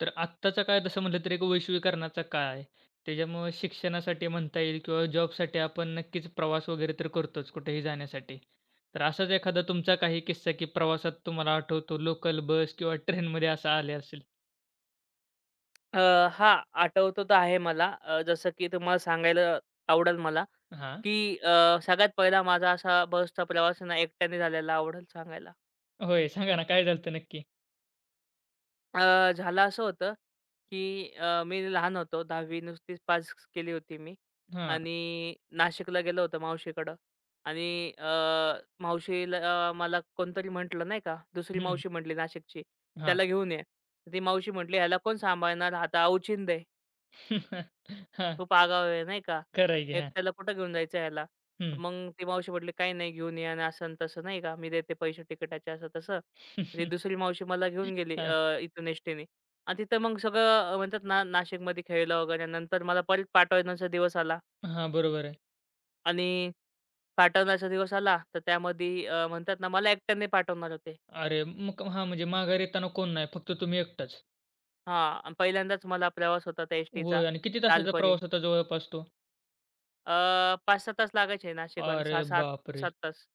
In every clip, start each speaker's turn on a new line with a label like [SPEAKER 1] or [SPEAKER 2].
[SPEAKER 1] तर आत्ताचा काळ तसं म्हटलं तर एक वैश्विकरणाचा काळ आहे. त्याच्यामुळं शिक्षणासाठी म्हणता येईल किंवा जॉबसाठी आपण नक्कीच प्रवास वगैरे तर करतोच कुठेही जाण्यासाठी. तर असाच एखादा तुमचा काही किस्सा की प्रवासात तुम्हाला आठवतो लोकल बस किंवा ट्रेनमध्ये असं आले असेल?
[SPEAKER 2] अ, हां, आठवतो तर आहे मला. जसं की तुम्हाला सांगायला आवडेल मला,
[SPEAKER 1] हां.
[SPEAKER 2] की सगळ्यात पहिला माझा असा बसचा प्रवास आहे ना एकट्याने झालेला आवडेल सांगायला.
[SPEAKER 1] होय, सांगा ना काय झालं नक्की?
[SPEAKER 2] झालं असं होतं, की मी लहान होतो 10वी नुसतीच पास केली होती मी
[SPEAKER 1] हां.
[SPEAKER 2] आणि नाशिकला गेलो होतो मावशीकडं आणि मावशीला मला कोणतरी म्हटलं नाही का, दुसरी
[SPEAKER 1] हं.
[SPEAKER 2] मावशी म्हटली नाशिकची,
[SPEAKER 1] हां.
[SPEAKER 2] "त्याला घेऊन ये." ती मावशी म्हटली, "ह्याला कोण सांभाळणार? आता अवचिंद आहे."
[SPEAKER 1] हां.
[SPEAKER 2] खूप आगाऊ आहे नाही का?
[SPEAKER 1] खरं आहे की. हां.
[SPEAKER 2] एकट्याला कुठं घेऊन जायचं ह्याला? तर
[SPEAKER 1] हं.
[SPEAKER 2] मग ती मावशी म्हटली, "काही नाही घेऊन ये" आणि असं आणि तसं नाही का? मी देते पैसे तिकिटाचे असं तसं. ती दुसरी मावशी मला घेऊन गेली
[SPEAKER 1] हां.
[SPEAKER 2] इथून एस-टीने आणि तिथं मग सगळं म्हणतात ना नाशिकमध्ये खेळलं वगैरे. नंतर मला परत पाठवण्याचा दिवस आला
[SPEAKER 1] हां, बरोबर आहे.
[SPEAKER 2] आणि पाठवण्याचा दिवस आला तर त्यामध्ये म्हणतात ना मला एकट्याने पाठवणार होते.
[SPEAKER 1] अरे मग हां, म्हणजे माघारी येताना कोण नाही, फक्त तुम्ही एकटाच.
[SPEAKER 2] हां आणि पहिल्यांदाच मला प्रवास होता त्या एस
[SPEAKER 1] होय आणि किती तासाचा
[SPEAKER 2] लालपरी.
[SPEAKER 1] प्रवास होता जवळपास तो?
[SPEAKER 2] अ, 5-6 तास लागायचे नाशिकवरून
[SPEAKER 1] अरे
[SPEAKER 2] 6-7
[SPEAKER 1] बापरे!
[SPEAKER 2] 7 तास.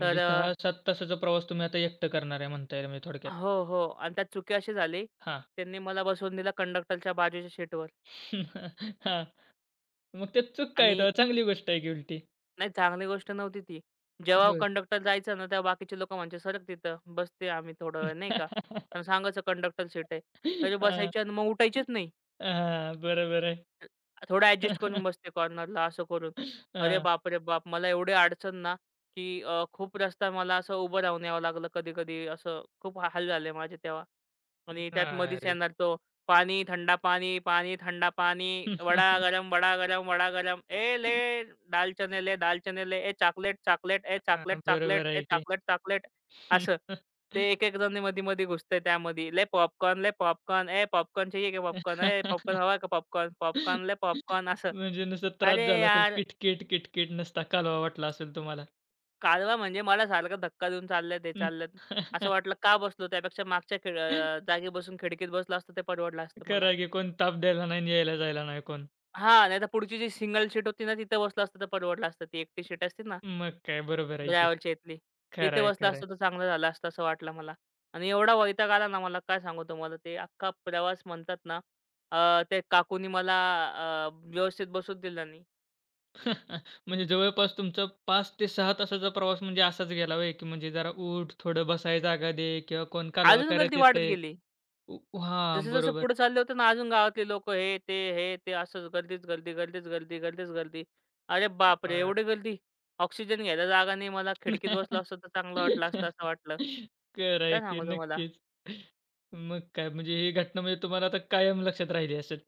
[SPEAKER 2] तर
[SPEAKER 1] सहा 7 तासाचा प्रवास तुम्ही आता एकटं करणार आहे म्हणता येईल म्हणजे थोडक्यात.
[SPEAKER 2] हो. आणि त्यात चुकी अशी झाली,
[SPEAKER 1] हां.
[SPEAKER 2] त्यांनी मला बसवून दिलं कंडक्टरच्या बाजूच्या सीटवर
[SPEAKER 1] हां. मग त्यात चूक काय
[SPEAKER 2] आणि
[SPEAKER 1] आहे तेव्हा? चांगली गोष्ट आहे की उलटी.
[SPEAKER 2] नाही चांगली गोष्ट नव्हती ती. जेव्हा
[SPEAKER 1] होय.
[SPEAKER 2] कंडक्टर जायचा ना, तेव्हा बाकीचे लोकं म्हणायचे, "सरक तिथं, बसते आम्ही थोडा वेळ," नाही का. आणि सांगायचं कंडक्टर सीट आहे. तरी
[SPEAKER 1] हां.
[SPEAKER 2] बसायचे आणि मग उठायचेच नाही.
[SPEAKER 1] हां, बरोबर आहे.
[SPEAKER 2] थोडं ॲडजस्ट करून बसते कॉर्नरला असं करून. अरे
[SPEAKER 1] हां.
[SPEAKER 2] बाप रे बाप! मला एवढी अडचण ना, की खूप रस्ता मला असं उभं राहून यावं लागलं कधी-कधी. असं खूप हाल झाले माझे तेव्हा. आणि त्यात मधीच
[SPEAKER 1] अरे!
[SPEAKER 2] येणार तो पाणी, थंडा पाणी, पाणी, थंडा पाणी, वडा गरम, वडा गरम, वडा गरम. ए ले दाल चने ले, दाल चने ले, ए चॉकलेट, चॉकलेट, ए चॉकलेट,
[SPEAKER 1] हां,
[SPEAKER 2] चॉकलेट,
[SPEAKER 1] बरोबर
[SPEAKER 2] ए
[SPEAKER 1] आहे की.
[SPEAKER 2] चॉकलेट, चॉकलेट असं. ते एक-एक जण मध्ये-मध्ये घुसतंय त्यामध्ये. "ले पॉपकॉर्न, ले पॉपकॉर्न, ए पॉपकॉर्न चाहिए क्या पॉपकॉर्न? ए पॉपकॉर्न हवा का पॉपकॉर्न? पॉपकॉर्न ले पॉपकॉर्न." असं.
[SPEAKER 1] म्हणजे नुसता त्रास
[SPEAKER 2] अरे
[SPEAKER 1] झाला असेल,
[SPEAKER 2] यार!
[SPEAKER 1] किटकिट, किटकिट नुसता कालवा वाटला असेल तुम्हाला.
[SPEAKER 2] कालवा म्हणजे मला सारखा धक्का देऊन चाललेत, हे चाललेत. असं वाटलं का बसलो? त्यापेक्षा जागी बसून खिडकीत बसलो असतो ते परवडलं असतं मला.
[SPEAKER 1] खरं आहे की कोण ताप द्यायला नाही आणि यायला जायला नाही कोण.
[SPEAKER 2] हां, नाहीतर पुढची जी सिंगल सीट होती ना, तिथं बसलो असतो तर परवडलं असतं. ती एकटी सीट असते ना.
[SPEAKER 1] मग काय बरोबर आहे की.
[SPEAKER 2] ड्रायव्हरच्या इथली.
[SPEAKER 1] खरं
[SPEAKER 2] तिथे
[SPEAKER 1] आहे,
[SPEAKER 2] बसला
[SPEAKER 1] खरं आहे.
[SPEAKER 2] असतो तर चांगलं झालं असतं असं वाटलं मला. आणि एवढा वैताग आला ना मला काय सांगू तुम्हाला ते अख्खा प्रवास म्हणतात ना ते काकूनी मला व्यवस्थित बसूच दिलं नाही.
[SPEAKER 1] म्हणजे जवळपास तुमचा 5 ते 6 तासाचा प्रवास म्हणजे असाच गेला होय, की म्हणजे जरा उठ, थोडं बसायला जागा दे किंवा कोण कालवा
[SPEAKER 2] अजून गर्दी
[SPEAKER 1] करत
[SPEAKER 2] वाढत
[SPEAKER 1] येतंय.
[SPEAKER 2] गेली.
[SPEAKER 1] उ हां,
[SPEAKER 2] जसं-जसं
[SPEAKER 1] बरोबर.
[SPEAKER 2] पुढे चालले होते ना अजून गावातले लोकं हे, ते, हे, ते असंच गर्दीच गर्दी, गर्दीच गर्दी, गर्दीच गर्दी. अरे बापरे!
[SPEAKER 1] अ
[SPEAKER 2] एवढी गर्दी. ऑक्सिजन घ्यायला जागा नाही. मला खिडकीत बसलो असतो तर चांगलं वाटलं असतं असं
[SPEAKER 1] खरं
[SPEAKER 2] वाटलं.
[SPEAKER 1] आहे
[SPEAKER 2] काय
[SPEAKER 1] की
[SPEAKER 2] सांगू तुम्हाला?
[SPEAKER 1] नक्कीच. मग काय म्हणजे ही घटना म्हणजे तुम्हाला आता कायम लक्षात राहिली असेल.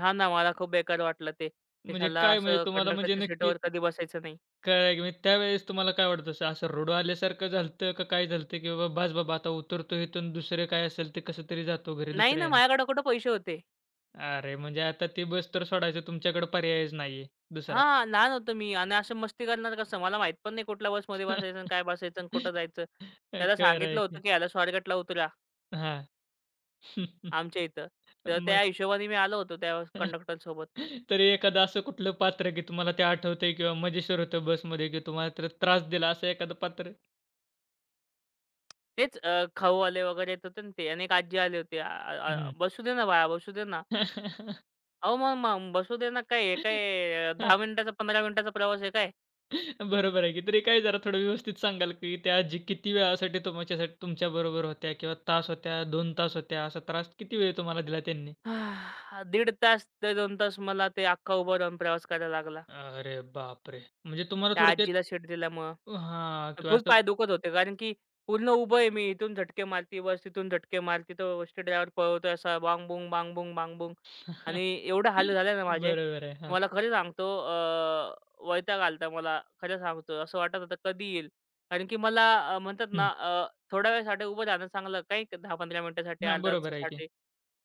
[SPEAKER 2] हां ना, मला खूप बेकार वाटलं ते. ते
[SPEAKER 1] म्हणजे
[SPEAKER 2] साला
[SPEAKER 1] काय म्हणजे
[SPEAKER 2] असं
[SPEAKER 1] तुम्हाला म्हणजे
[SPEAKER 2] कंडक्टरच्या
[SPEAKER 1] नक्की
[SPEAKER 2] सीटवर कधी बसायचं नाही.
[SPEAKER 1] काय की मग त्यावेळेस तुम्हाला काय वाटत असं असं रडू आल्यासारखं झालतं का काय झालतं, की बाबा "बास बाबा आता उतरतो इथून दुसरे काय असेल ते कसं तरी जातो घरी
[SPEAKER 2] नाही
[SPEAKER 1] दुसऱ्या
[SPEAKER 2] ना,
[SPEAKER 1] ह्यानं."
[SPEAKER 2] माझ्याकडे कुठे पैसे होते.
[SPEAKER 1] अरे म्हणजे आता ती बस तर सोडायचं तुमच्याकडे पर्यायच नाहीये दुसरा.
[SPEAKER 2] हां, लहान होतो मी आणि असं मस्ती करणार कसं? मला माहीत पण नाही कुठल्या बसमध्ये बसायचं आणि काय बसायचं आणि कुठं जायचं. त्याला
[SPEAKER 1] खरं
[SPEAKER 2] सांगितलं
[SPEAKER 1] आहे
[SPEAKER 2] होतं,
[SPEAKER 1] की.
[SPEAKER 2] की "ह्याला स्वारगेटला उतरा
[SPEAKER 1] हां.
[SPEAKER 2] आमच्या इथं." तर त्या
[SPEAKER 1] मग?
[SPEAKER 2] हिशोबाने मी आलो होतो त्या कंडक्टरसोबत.
[SPEAKER 1] तरी एखादं असं कुठलं पात्र की तुम्हाला ते आठवतंय किंवा मजेशीर होतं बसमध्ये की तुम्हाला तर त्रास दिला असं एखादं पात्र?
[SPEAKER 2] तेच खाऊवाले वगैरे येत होते ना ते आणि एक आजी आली होती. "आ आ आ-
[SPEAKER 1] हं.
[SPEAKER 2] बसू दे ना बाळा, बसू दे ना." "अहो मग मग बसू दे ना काय, हे काय 10 मिनिटाचा, 15 मिनिटाचा प्रवास आहे काय?"
[SPEAKER 1] बरोबर आहे की. तरी काय जरा थोडं व्यवस्थित सांगाल, की त्या आजी किती वेळासाठी तुमच्यासाठी तुमच्याबरोबर होत्या किंवा तास होत्या, 2 तास होत्या, असा त्रास किती वेळ तुम्हाला दिला त्यांनी?
[SPEAKER 2] आह, दीड तास ते 2 तास मला ते अख्खा उभं राहून प्रवास करायला लागला.
[SPEAKER 1] अरे बापरे! म्हणजे तुम्हाला
[SPEAKER 2] त्या
[SPEAKER 1] थोडक्यात
[SPEAKER 2] आजीला शीट दिल्यामुळं.
[SPEAKER 1] हां किंवा
[SPEAKER 2] फुल
[SPEAKER 1] असं
[SPEAKER 2] पाय दुखत होते. कारण की पूर्ण उभं आहे मी. इथून झटके मारती बस, तिथून झटके मारती. तो बस ड्रायव्हर पळवतोय असा बांग-बुंग, बांग-बुंग, बांग-बुंग आणि एवढे हाल झाले ना माझे.
[SPEAKER 1] बरोबर आहे. हां.
[SPEAKER 2] तुम्हाला खरं सांगतो वैताग आलता मला. खरं सांगतो. असं वाटत होतं कधी येईल. कारण की मला म्हणतात ना
[SPEAKER 1] हं.
[SPEAKER 2] थोड्या वेळासाठी उभं राहणं चांगलं काही 10-15 मिनिटासाठी,
[SPEAKER 1] हां,
[SPEAKER 2] अर्ध्या
[SPEAKER 1] बरोबर आहे की.
[SPEAKER 2] तासासाठी.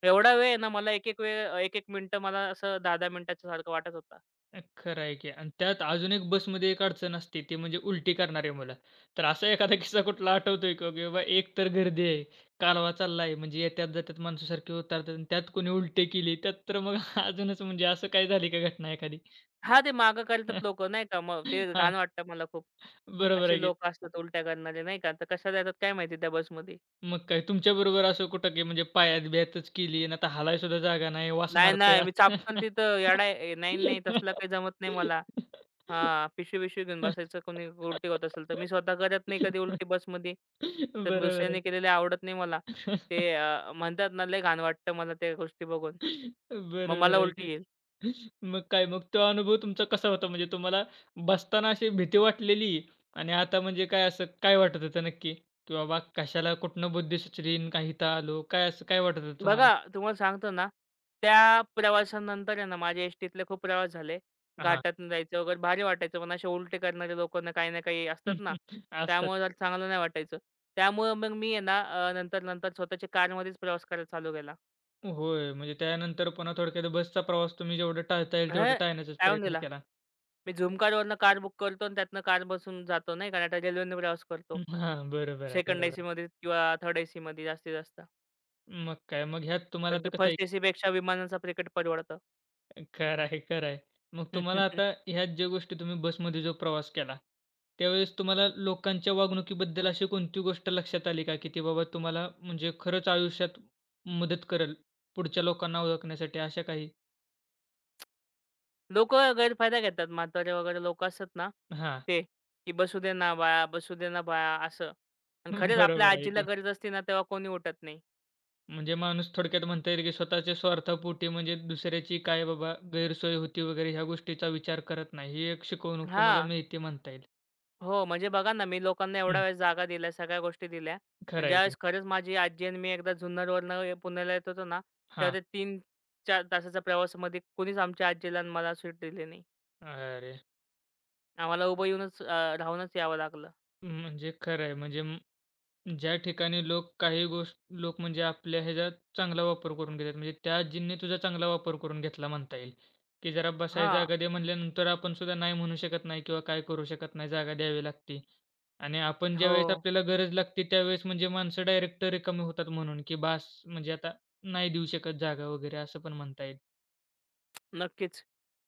[SPEAKER 2] एवढा वेळ आहे ना मला एक-एक वेळ, एक-एक मिनिटं मला असं 10-10 मिनिटाच्या सारखं वाटत होता.
[SPEAKER 1] नाही, खरं आहे की आणि त्यात अजून एक बसमध्ये एक अडचण असते ती म्हणजे उलटी करणारी मुलं. तर असा एखादा किस्सा कुठला आठवतोय का? की बाबा एक तर गर्दी आहे, कालवा चालला आहे, म्हणजे येत्यात-जात्यात माणसासारखी उतरतात आणि त्यात कोणी उलटी केली, त्यात तर मग अजूनच म्हणजे असं काय झाली का घटना एखादी?
[SPEAKER 2] हां, ते मागं करतात लोकं नाही का. मग ते
[SPEAKER 1] हां,
[SPEAKER 2] घाण वाटतं मला खूप.
[SPEAKER 1] बरोबर आहे
[SPEAKER 2] असे
[SPEAKER 1] की.
[SPEAKER 2] लोकं असतात उलट्या करणारे नाही का. तर कशाला येतात काय माहिती त्या बसमध्ये.
[SPEAKER 1] मग काय तुमच्याबरोबर असं कुठं की म्हणजे पायात बियातच केली आणि आता हालाय सुद्धा जागा नाही, वास
[SPEAKER 2] नाही,
[SPEAKER 1] मारतंय
[SPEAKER 2] नाही मी चापकल
[SPEAKER 1] असं?
[SPEAKER 2] तिथं येडा आहे. ए, नाही तसलं काही जमत नाही मला. हां, पिशवी-बिशवी घेऊन बसायचं कोणी उलटी होत असेल तर. मी स्वतः करत नाही कधी उलटी बसमध्ये. तर
[SPEAKER 1] बरोबर आहे
[SPEAKER 2] दुसऱ्याने
[SPEAKER 1] की.
[SPEAKER 2] केलेले आवडत नाही मला. ते म्हणतात ना लय घाण वाटतं मला त्या गोष्टी बघून. मग
[SPEAKER 1] बरोबर
[SPEAKER 2] मला
[SPEAKER 1] आहे की.
[SPEAKER 2] उलटी येईल.
[SPEAKER 1] मग काय मग तो अनुभव तुमचा कसा होता? म्हणजे तुम्हाला बसताना अशी भीती वाटलेली आणि आता म्हणजे काय असं काय वाटत होतं नक्की? की बाबा कशाला कुठनं बुद्धी सुचली आणि इथं आलो? काय असं काय वाटत होतं तुम्हाला?
[SPEAKER 2] बघा, तुम्हाला सांगतो ना, त्या प्रवासानंतर आहे ना, माझ्या एस-टीतले खूप प्रवास झाले.
[SPEAKER 1] हां.
[SPEAKER 2] घाटातून जायचं वगैरे भारी वाटायचं, पण असे उलटे करणारे लोकं ना काही ना काही असतात ना,
[SPEAKER 1] असतात.
[SPEAKER 2] त्यामुळे जरा चांगलं नाही वाटायचं. त्यामुळे मग मी आहे ना नंतर-नंतर स्वतःच्या कारमध्येच प्रवास करायला चालू केला.
[SPEAKER 1] होय. म्हणजे त्यानंतर पुन्हा थोडक्यात बसचा प्रवास तुम्ही जेवढं टाळता येईल तेवढं
[SPEAKER 2] हे
[SPEAKER 1] टाळण्याचाच
[SPEAKER 2] टाळून
[SPEAKER 1] प्रयत्न
[SPEAKER 2] दिला.
[SPEAKER 1] केला.
[SPEAKER 2] मी झुमकारवरनं कार बुक करतो आणि त्यातनं कार बसून जातो नाही का, नाहीतर रेल्वेने प्रवास करतो.
[SPEAKER 1] हां. बरोबर आहे,
[SPEAKER 2] सेकंड
[SPEAKER 1] बरोबर आहे.
[SPEAKER 2] एसीमध्ये किंवा थर्ड एसीमध्ये जास्तीत जास्त.
[SPEAKER 1] मग काय मग ह्यात तुम्हाला
[SPEAKER 2] कारण की
[SPEAKER 1] तर कसं आहे
[SPEAKER 2] फर्स्ट एसीपेक्षा विमानाचा तिकीट परवडतं.
[SPEAKER 1] खरं आहे, खरं आहे. मग तुम्हाला आता ह्याच ज्या गोष्टी तुम्ही बसमध्ये जो प्रवास केला, त्यावेळेस तुम्हाला लोकांच्या वागणुकीबद्दल अशी कोणती गोष्ट लक्षात आली का, की ती बाबा तुम्हाला म्हणजे खरंच आयुष्यात मदत करेल, पुढच्या लोकांना ओळखण्यासाठी अशा काही?
[SPEAKER 2] लोकं गैरफायदा घेतात म्हातारे वगैरे लोकं असतात ना,
[SPEAKER 1] हां,
[SPEAKER 2] ते, की "बसू दे ना बाळा, बसू दे ना बाळा" असं. आणि खरंच आपल्या
[SPEAKER 1] बरोबर आहे
[SPEAKER 2] आजीला
[SPEAKER 1] की.
[SPEAKER 2] गरज असते ना, तेव्हा कोणी उठत नाही.
[SPEAKER 1] म्हणजे माणूस थोडक्यात म्हणता येईल, की स्वतःच्या स्वार्थापोटी म्हणजे दुसऱ्याची काय बाबा गैरसोय होती वगैरे ह्या गोष्टीचा विचार करत नाही. ही एक शिकवणूक तुम्हाला
[SPEAKER 2] हां.
[SPEAKER 1] मिळते म्हणता येईल.
[SPEAKER 2] हो, म्हणजे बघा ना, मी लोकांना एवढ्या
[SPEAKER 1] हं,
[SPEAKER 2] वेळेस जागा दिल्या, सगळ्या गोष्टी दिल्या. पण
[SPEAKER 1] खरं आहे की.
[SPEAKER 2] ज्यावेळेस खरंच माझी आजी आणि मी एकदा जुन्नरवरनं पुण्याला येत होतो ना,
[SPEAKER 1] हां.
[SPEAKER 2] तेव्हा ते 3-4 तासाचा प्रवासामध्ये कोणीच आमच्या आजीला आणि मला सीट दिली नाही.
[SPEAKER 1] अरे!
[SPEAKER 2] आम्हाला उभं राहूनच यावं लागलं.
[SPEAKER 1] म्हणजे खरं आहे. म्हणजे ज्या ठिकाणी लोक काही गोष्ट लोक म्हणजे आपल्या ह्याचा चांगला वापर करून घेतात. म्हणजे त्या आजींनी तुझा चांगला वापर करून घेतला म्हणता येईल, की जरा बसाय
[SPEAKER 2] हां.
[SPEAKER 1] जागा दे म्हणल्यानंतर आपण सुद्धा नाही म्हणू शकत नाही किंवा काय करू शकत नाही, जागा द्यावी लागते. आणि आपण
[SPEAKER 2] हो,
[SPEAKER 1] ज्यावेळेस आपल्याला गरज लागते त्यावेळेस म्हणजे माणसं डायरेक्ट रिकामी होतात म्हणून, की बास म्हणजे आता नाही देऊ शकत जागा वगैरे असं पण म्हणता येईल.
[SPEAKER 2] नक्कीच.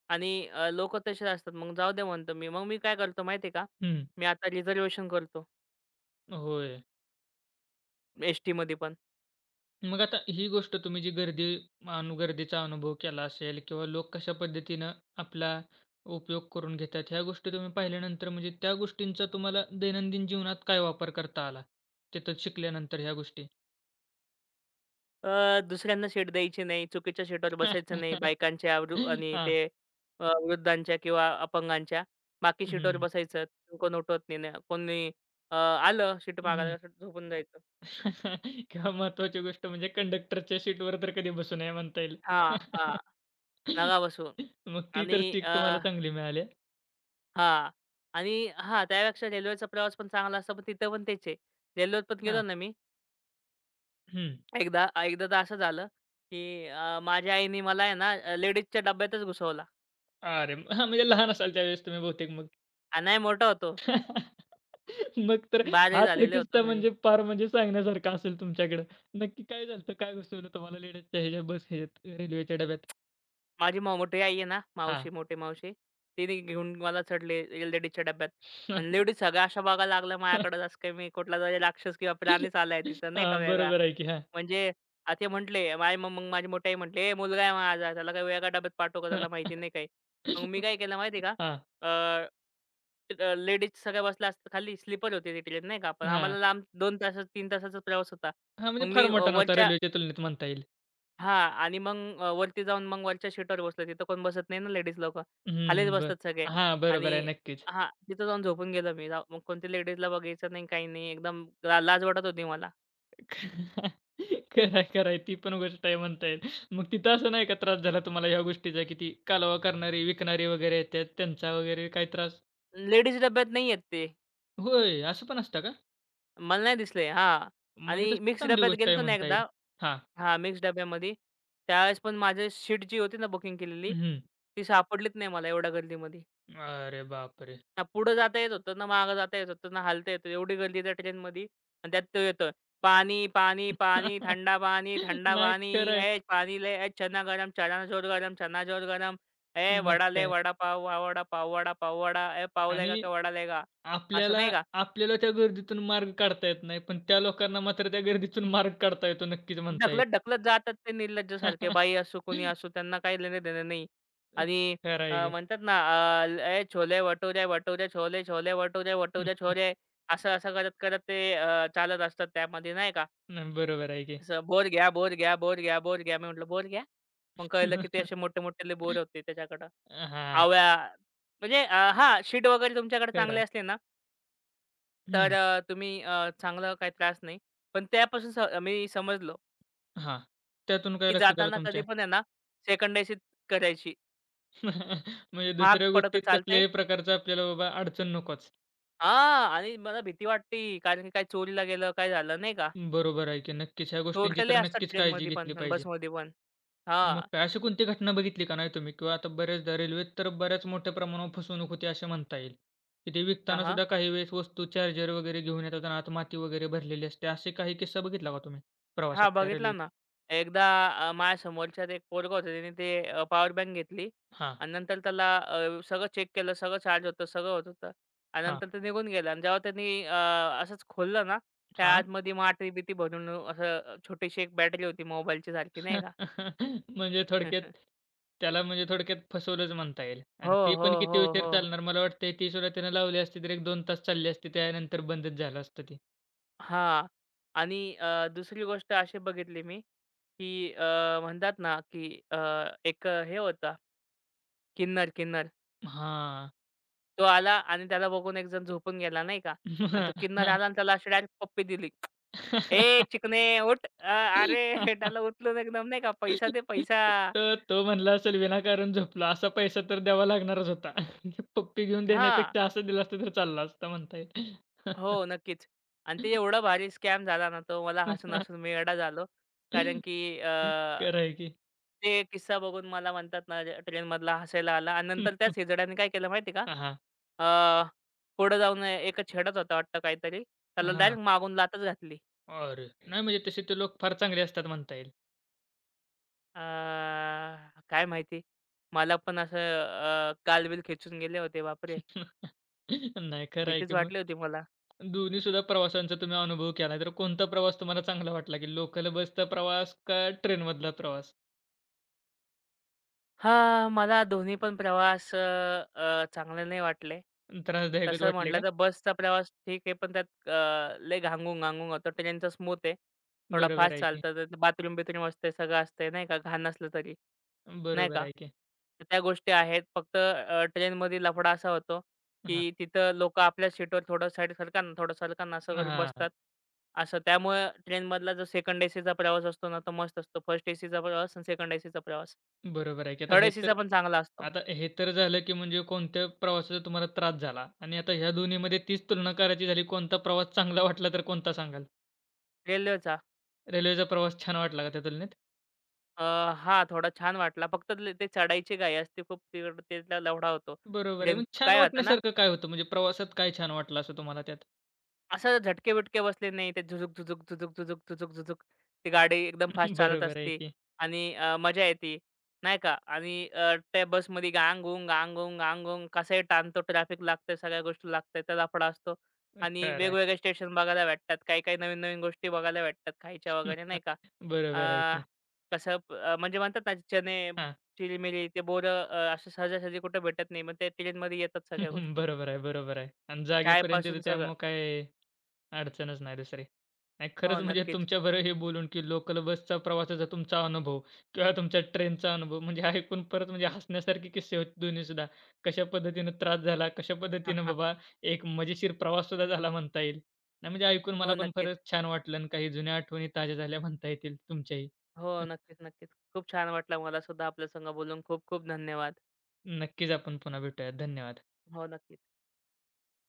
[SPEAKER 2] आणि लोकं तसेच असतात. मग जाऊ दे म्हणतो मी. मग मी काय करतो माहिती आहे का?
[SPEAKER 1] हं.
[SPEAKER 2] मी आता रिझर्व्हेशन करतो
[SPEAKER 1] होय.
[SPEAKER 2] एसटीमध्ये पण.
[SPEAKER 1] मग आता ही गोष्ट तुम्ही जी गर्दी गर्दीचा अनुभव केला असेल किंवा लोक कशा पद्धतीनं आपला उपयोग करून घेतात, ह्या गोष्टी तुम्ही पाहिल्यानंतर म्हणजे त्या गोष्टींचा तुम्हाला दैनंदिन जीवनात काय वापर करता आला? तिथं शिकल्यानंतर ह्या गोष्टी?
[SPEAKER 2] दुसऱ्यांना सीट द्यायची नाही, चुकीच्या सीटवर बसायचं नाही, बायकांच्या वृ आणि
[SPEAKER 1] हां.
[SPEAKER 2] ते अ, वृद्धांच्या किंवा अपंगांच्या. बाकी सीटवर
[SPEAKER 1] हं,
[SPEAKER 2] बसायचं. कोण उठवत नाही ना. कोणी आलं सीट मागायला
[SPEAKER 1] हं.
[SPEAKER 2] असं झोपून जायचं.
[SPEAKER 1] किंवा महत्त्वाची गोष्ट म्हणजे कंडक्टरच्या सीटवर तर कधी बसू नये म्हणता येईल.
[SPEAKER 2] हां. नगा बसवून.
[SPEAKER 1] मग ती
[SPEAKER 2] आणि
[SPEAKER 1] तर सीट
[SPEAKER 2] अ,
[SPEAKER 1] तुम्हाला चांगली मिळाली.
[SPEAKER 2] हां. आणि हां, त्यापेक्षा रेल्वेचा प्रवास पण चांगला असतो. पण तिथं पण तेच रेल्वेत पण गेलो
[SPEAKER 1] हां.
[SPEAKER 2] ना मी
[SPEAKER 1] हं.
[SPEAKER 2] एकदा एकदा तर असं झालं, की माझ्या आईने मला आहे ना लेडीजच्या डब्यातच घुसवला.
[SPEAKER 1] अरे हां, म्हणजे लहान असाल त्यावेळेस तुम्ही बहुतेक
[SPEAKER 2] आणि नाही मोठा होतो.
[SPEAKER 1] मग तर
[SPEAKER 2] 12वी
[SPEAKER 1] हा तर
[SPEAKER 2] झालेले होतो
[SPEAKER 1] किस्सा
[SPEAKER 2] म्हणजे.
[SPEAKER 1] म्हणजे पार म्हणजे सांगण्यासारखा असेल तुमच्याकडे. नक्की काय झालं होतं? काय घुसवलं तुम्हाला लेडीजच्या ह्याच्या बस ह्याच्यात रेल्वेच्या डब्यात?
[SPEAKER 2] माझी मो मोठी आई आहे ना,
[SPEAKER 1] हां.
[SPEAKER 2] मावशी, मोठी मावशी, तिने घेऊन मला चढले लेडीजच्या डब्यात.
[SPEAKER 1] हां,
[SPEAKER 2] आणि लेडीज सगळ्या अशा बघायला लागल्या माझ्याकडे जसं काही मी कुठलातरी राक्षस किंवा प्राणीच आलाय तिथं नाही का वेगळा.
[SPEAKER 1] बरोबर आहे की. हां.
[SPEAKER 2] म्हणजे ते म्हटले माझी मोठी आई म्हटली, "ए मुलगा आहे माझा, त्याला काही वेगळ्या डब्यात पाठवू का? त्याला माहिती नाही काही." मग मी काय केलं माहिती आहे
[SPEAKER 1] हां,
[SPEAKER 2] का? लेडीज सगळ्या बसल्या असतात खाली. स्लीपर होती ती ट्रेन नाही का. पण
[SPEAKER 1] हां.
[SPEAKER 2] आम्हाला लांब 2 तासाचा 3 तासाचा प्रवास होता.
[SPEAKER 1] हां,
[SPEAKER 2] मग
[SPEAKER 1] म्हणजे
[SPEAKER 2] मी
[SPEAKER 1] फार
[SPEAKER 2] अ,
[SPEAKER 1] मोठा नव्हता
[SPEAKER 2] वरच्या
[SPEAKER 1] रेल्वेच्या तुलनेत म्हणता येईल.
[SPEAKER 2] हां. आणि मग वरती जाऊन मग वरच्या सीटवर बसलो. तिथं कोण बसत नाही ना लेडीज लोकं. खालीच
[SPEAKER 1] हं, बरं.
[SPEAKER 2] बसतात सगळे.
[SPEAKER 1] हां,
[SPEAKER 2] आणि
[SPEAKER 1] बरोबर आहे. नक्कीच.
[SPEAKER 2] हां. तिथं जाऊन झोपून गेलो मी. जाऊ मग कोणत्या लेडीजला बघायचं नाही, काही नाही. एकदम लाज वाटत होती मला.
[SPEAKER 1] खरं आहे, ती पण गोष्ट आहे म्हणता येईल. मग तिथं असं नाही का त्रास झाला तुम्हाला ह्या गोष्टीचा, की ती कालवा करणारी, विकणारी वगैरे येतात त्यांचा वगैरे काही त्रास?
[SPEAKER 2] लेडीज डब्यात नाही आहेत ते.
[SPEAKER 1] होय, असं पण असतं का?
[SPEAKER 2] मला नाही दिसले हां.
[SPEAKER 1] म्हणजे
[SPEAKER 2] आणि
[SPEAKER 1] तशी
[SPEAKER 2] मिक्स
[SPEAKER 1] चांगली
[SPEAKER 2] डब्यात
[SPEAKER 1] गोष्ट आहे
[SPEAKER 2] गेलतो ना
[SPEAKER 1] म्हणता
[SPEAKER 2] एकदा
[SPEAKER 1] येईल. हां.
[SPEAKER 2] हां. मिक्स डब्यामध्ये. त्यावेळेस पण माझी सीट जी होती ना बुकिंग केलेली,
[SPEAKER 1] हं.
[SPEAKER 2] ती सापडलीच नाही मला एवढ्या गर्दीमध्ये.
[SPEAKER 1] अरे बापरे!
[SPEAKER 2] ना पुढं जाता येत होतं, ना मागं जाता येत होतं, ना हालता येत होतं. एवढी गर्दी त्या ट्रेनमध्ये आणि त्यात तो येतोय, "पाणी, पाणी, पाणी, थंडा पाणी, थंडा
[SPEAKER 1] नाही
[SPEAKER 2] पाणी,
[SPEAKER 1] खरं आहे.
[SPEAKER 2] ए पाणी ले, ए चना गरम, चना जोर गरम, चना जोर गरम, ए
[SPEAKER 1] मग
[SPEAKER 2] वडा ले,
[SPEAKER 1] काय.
[SPEAKER 2] वडापाव, वडापाव, वडापाव, वडा, पाव वडा ए पाव लेगा
[SPEAKER 1] आणि
[SPEAKER 2] क्या वडा लेगा?" असं
[SPEAKER 1] आपल्याला
[SPEAKER 2] नाही का?
[SPEAKER 1] आपल्याला त्या गर्दीतून मार्ग काढता येत नाही, पण त्या लोकांना मात्र त्या गर्दीतून मार्ग काढता येतो नक्कीच म्हणता येईल.
[SPEAKER 2] ढकलत-ढकलत जातात ते निर्लज्जसारखे. बाई असो, कुणी असो त्यांना काही लेणं-देणं नाही. आणि
[SPEAKER 1] खरं आहे
[SPEAKER 2] अ,
[SPEAKER 1] की.
[SPEAKER 2] म्हणतात ना अ, "ए छोले भटुरे, भटुरे छोले, छोले भटुरे,
[SPEAKER 1] हं,
[SPEAKER 2] भटुरे छोले." असं-असं करत-करत ते चालत असतात त्यामध्ये नाही का.
[SPEAKER 1] नाही बरोबर आहे की.
[SPEAKER 2] असं "बोर घ्या, बोर घ्या, बोर घ्या, बोर घ्या." मी म्हटलं, "बोर घ्या?" मग कळलं की ते असे मोठे-मोठे बोर होते त्याच्याकडं.
[SPEAKER 1] हां,
[SPEAKER 2] आवळा म्हणजे हां, सीड वगैरे तुमच्याकडे
[SPEAKER 1] खरं
[SPEAKER 2] चांगले
[SPEAKER 1] आहे.
[SPEAKER 2] असले ना, तर
[SPEAKER 1] हं,
[SPEAKER 2] तुम्ही चांगलं काही त्रास नाही. पण त्यापासून मी समजलो
[SPEAKER 1] हां. त्यातून काय
[SPEAKER 2] की
[SPEAKER 1] लक्षात आलं
[SPEAKER 2] जाताना कधी
[SPEAKER 1] तुमच्या?
[SPEAKER 2] पण आहे ना, सेकंड एसी करायची.
[SPEAKER 1] म्हणजे
[SPEAKER 2] महाग
[SPEAKER 1] दुसऱ्या
[SPEAKER 2] पडत
[SPEAKER 1] गोष्टीत
[SPEAKER 2] चालतंय
[SPEAKER 1] कसल्याही प्रकारचा आपल्याला बाबा अडचण नकोच.
[SPEAKER 2] हां. आणि मला भीती वाटते, कारण की काय चोरीला गेलं, काय झालं नाही का?
[SPEAKER 1] बरोबर आहे की नक्कीच. ह्या गोष्टींची
[SPEAKER 2] चोरटे लय
[SPEAKER 1] तर
[SPEAKER 2] असतात
[SPEAKER 1] नक्कीच काळजी
[SPEAKER 2] ट्रेनमध्ये
[SPEAKER 1] घेतली
[SPEAKER 2] पण आणि
[SPEAKER 1] पाहिजे.
[SPEAKER 2] बसमध्ये पण.
[SPEAKER 1] मग
[SPEAKER 2] हां.
[SPEAKER 1] काय अशी कोणती घटना बघितली का नाही तुम्ही? किंवा आता बऱ्याचदा रेल्वेत तर बऱ्याच मोठ्या प्रमाणावर फसवणूक होते असे म्हणता येईल, की ते
[SPEAKER 2] हां,
[SPEAKER 1] विकताना
[SPEAKER 2] हां.
[SPEAKER 1] सुद्धा काही वेळेस वस्तू चार्जर वगैरे घेऊन येतात आणि आत माती वगैरे भरलेली असते. असे काही किस्सा बघितला का तुम्ही प्रवासात त्या
[SPEAKER 2] बघितला
[SPEAKER 1] रेल्वेत?
[SPEAKER 2] ना. एकदा माझ्या समोरच्यात एक पोरगं होतं, त्याने ते पॉवर बँक घेतली
[SPEAKER 1] हां,
[SPEAKER 2] आणि नंतर त्याला सगळं चेक केलं, सगळं चार्ज होतं, सगळं होत होतं आणि
[SPEAKER 1] हां,
[SPEAKER 2] नंतर तो निघून गेला आणि जेव्हा त्यांनी असंच खोललं ना, त्या
[SPEAKER 1] हां.
[SPEAKER 2] आतमध्ये माटी-बिटी भरून असं छोटीशी एक बॅटरी होती मोबाईलची सारखी नाही का?
[SPEAKER 1] म्हणजे थोडक्यात त्याला म्हणजे थोडक्यात फसवलंच म्हणता येईल
[SPEAKER 2] हो,
[SPEAKER 1] आणि ते
[SPEAKER 2] हो,
[SPEAKER 1] पण किती
[SPEAKER 2] हो,
[SPEAKER 1] उशीर
[SPEAKER 2] हो.
[SPEAKER 1] चालणार? मला वाटतंय ती सुद्धा त्यानं लावली असती तर 1-2 तास चालली असती. त्यानंतर बंदच झालं असतं ते.
[SPEAKER 2] हां. आणि दुसरी गोष्ट अशी बघितली मी, की म्हणतात ना, की एक हे होता किन्नर.
[SPEAKER 1] हां.
[SPEAKER 2] तो आला आणि त्याला बघून एकजण झोपून गेला नाही का? आणि तो किन्नर आला आणि त्याला अशी डायरेक्ट पप्पी दिली. "ए चिकने उठ!" अरे त्याला उचलून एकदम नाही का, "पैसा दे पैसा."
[SPEAKER 1] तर तो म्हणला असेल विनाकारण झोपला, असा पैसा तर द्यावा लागणारच होता. पप्पी घेऊन
[SPEAKER 2] हां.
[SPEAKER 1] देण्यापेक्षा असा दिला असता तर चालला असता म्हणता येईल.
[SPEAKER 2] हो, नक्कीच. आणि ते एवढा भारी स्कॅम झाला ना, तो मला हसून-हसून मी वेडा झालो. कारण की
[SPEAKER 1] खरं आहे की.
[SPEAKER 2] ते किस्सा बघून मला म्हणतात ना, ट्रेनमधला हसायला आला आणि नंतर त्याच हिजड्याने काय केलं माहिती का?
[SPEAKER 1] हां,
[SPEAKER 2] अ, पुढे जाऊन एक छेडत होता वाटतं काहीतरी. त्याला
[SPEAKER 1] हां.
[SPEAKER 2] डायरेक्ट मागून लातच घातली.
[SPEAKER 1] अरे! नाही म्हणजे तसे ते लोक फार चांगले असतात म्हणता येईल.
[SPEAKER 2] अ, काय माहिती? मला पण असं गालबील खेचून गेले होते. बापरे!
[SPEAKER 1] नाही खरं आहे
[SPEAKER 2] भीतीच
[SPEAKER 1] की मग.
[SPEAKER 2] वाटली होती मला.
[SPEAKER 1] दोन्ही सुद्धा प्रवासांचा तुम्ही अनुभव केला, तर कोणता प्रवास तुम्हाला चांगला वाटला, की लोकल बसचा प्रवास का ट्रेनमधला प्रवास?
[SPEAKER 2] हां, मला दोन्ही पण प्रवास अ, अ, चांगले नाही वाटले.
[SPEAKER 1] त्रासदायकच
[SPEAKER 2] तसं
[SPEAKER 1] वाटले
[SPEAKER 2] म्हटलं
[SPEAKER 1] का?
[SPEAKER 2] तर बसचा प्रवास ठीक आहे, पण त्यात लय घांगून-घांगून होतं. ट्रेनचा स्मूथ आहे. थोडा
[SPEAKER 1] बरोबर
[SPEAKER 2] फास्ट
[SPEAKER 1] आहे की.
[SPEAKER 2] चालतं, तर बाथरूम-बिथरूम असते, सगळं असते नाही का, घाण नसलं तरी, नाही
[SPEAKER 1] बरोबर
[SPEAKER 2] का.
[SPEAKER 1] आहे की.
[SPEAKER 2] तर त्या गोष्टी आहेत. फक्त ट्रेनमध्ये लफडा असा होतो,
[SPEAKER 1] हां.
[SPEAKER 2] की तिथं लोकं आपल्या सीटवर थोडं साईड सरका थोडं सरका असं करून
[SPEAKER 1] हां,
[SPEAKER 2] बसतात. असं त्यामुळे ट्रेनमधला जो सेकंड एसीचा प्रवास असतो ना, तो मस्त असतो. फर्स्ट एसीचा प्रवास आणि सेकंड एसीचा प्रवास.
[SPEAKER 1] बरोबर आहे की आता
[SPEAKER 2] थर्ड
[SPEAKER 1] हे तर
[SPEAKER 2] एसीचा पण चांगला असतो.
[SPEAKER 1] आता हे तर झालं की म्हणजे कोणत्या प्रवासाचा तुम्हाला त्रास झाला आणि आता ह्या दोन्हीमध्ये तीच तुलना करायची झाली, कोणता प्रवास चांगला वाटला तर कोणता सांगाल?
[SPEAKER 2] रेल्वेचा
[SPEAKER 1] रेल्वेचा प्रवास छान वाटला का त्या तुलनेत?
[SPEAKER 2] अ, हां, थोडा छान वाटला. फक्त ते ते चढायची घाई असते खूप तिकडं त्याला लफडा होतो.
[SPEAKER 1] बरोबर आहे.
[SPEAKER 2] ट्रेन
[SPEAKER 1] मग छान
[SPEAKER 2] काय होतं ना,
[SPEAKER 1] वाटण्यासारखं काय होतं? म्हणजे प्रवासात काय छान वाटलं असं तुम्हाला त्यात?
[SPEAKER 2] असं झटके-बिटके बसले नाही. ते झुझुक, झुझुक, झुझुक, झुझुक, झुझुक, झुझुक ती गाडी एकदम फास्ट चालत
[SPEAKER 1] बरोबर आहे
[SPEAKER 2] असते
[SPEAKER 1] की.
[SPEAKER 2] आणि मजा येते, नाही का? आणि त्या बसमध्ये गांग-गुंग, गांग-गुंग, गांग-गुंग कसंही टाळतो, ट्रॅफिक लागतंय, सगळ्या गोष्टी लागतायत, त्या लफडा असतो आणि
[SPEAKER 1] खरं आहे.
[SPEAKER 2] वेगवेगळे स्टेशन बघायला भेटतात. काही-काही नवीन-नवीन गोष्टी बघायला भेटतात, खायच्या वगैरे, नाही का?
[SPEAKER 1] बरोबर आहे
[SPEAKER 2] अ,
[SPEAKER 1] की.
[SPEAKER 2] कसं प- अ, म्हणजे म्हणतात ना, चणे,
[SPEAKER 1] हां.
[SPEAKER 2] चिली ते बोरं असं सहजासहजी कुठे भेटत नाही. मग ते ट्रेनमध्ये येतात सगळ्या गोष्टी.
[SPEAKER 1] बरोबर आहे, बरोबर आहे. आणि जागेपर्यंत तर
[SPEAKER 2] चायपासून सगळं.
[SPEAKER 1] त्यामुळे काय अडचणच नाही दुसरी. नाही
[SPEAKER 2] हो,
[SPEAKER 1] खरंच म्हणजे
[SPEAKER 2] नक्कीच.
[SPEAKER 1] तुमच्याबरोबर हे बोलून, की लोकल बसचा प्रवासाचा तुमचा अनुभव किंवा तुमच्या ट्रेनचा अनुभव म्हणजे ऐकून परत म्हणजे हसण्यासारखे किस्से होते दोन्हीसुद्धा. कशा पद्धतीनं त्रास झाला, कशा पद्धतीनं बाबा एक मजेशीर प्रवाससुद्धा झाला म्हणता येईल. नाही म्हणजे ऐकून
[SPEAKER 2] हो,
[SPEAKER 1] मला पण
[SPEAKER 2] नक्कीच.
[SPEAKER 1] खरंच छान वाटलं आणि काही जुन्या आठवणी ताज्या झाल्या म्हणता येतील तुमच्याही.
[SPEAKER 2] हो, नक्कीच, नक्कीच. खूप छान वाटलं मला सुद्धा आपल्या संग बोलून. खूप खूप धन्यवाद.
[SPEAKER 1] नक्कीच आपण पुन्हा भेटूयात. धन्यवाद.
[SPEAKER 2] हो, नक्कीच.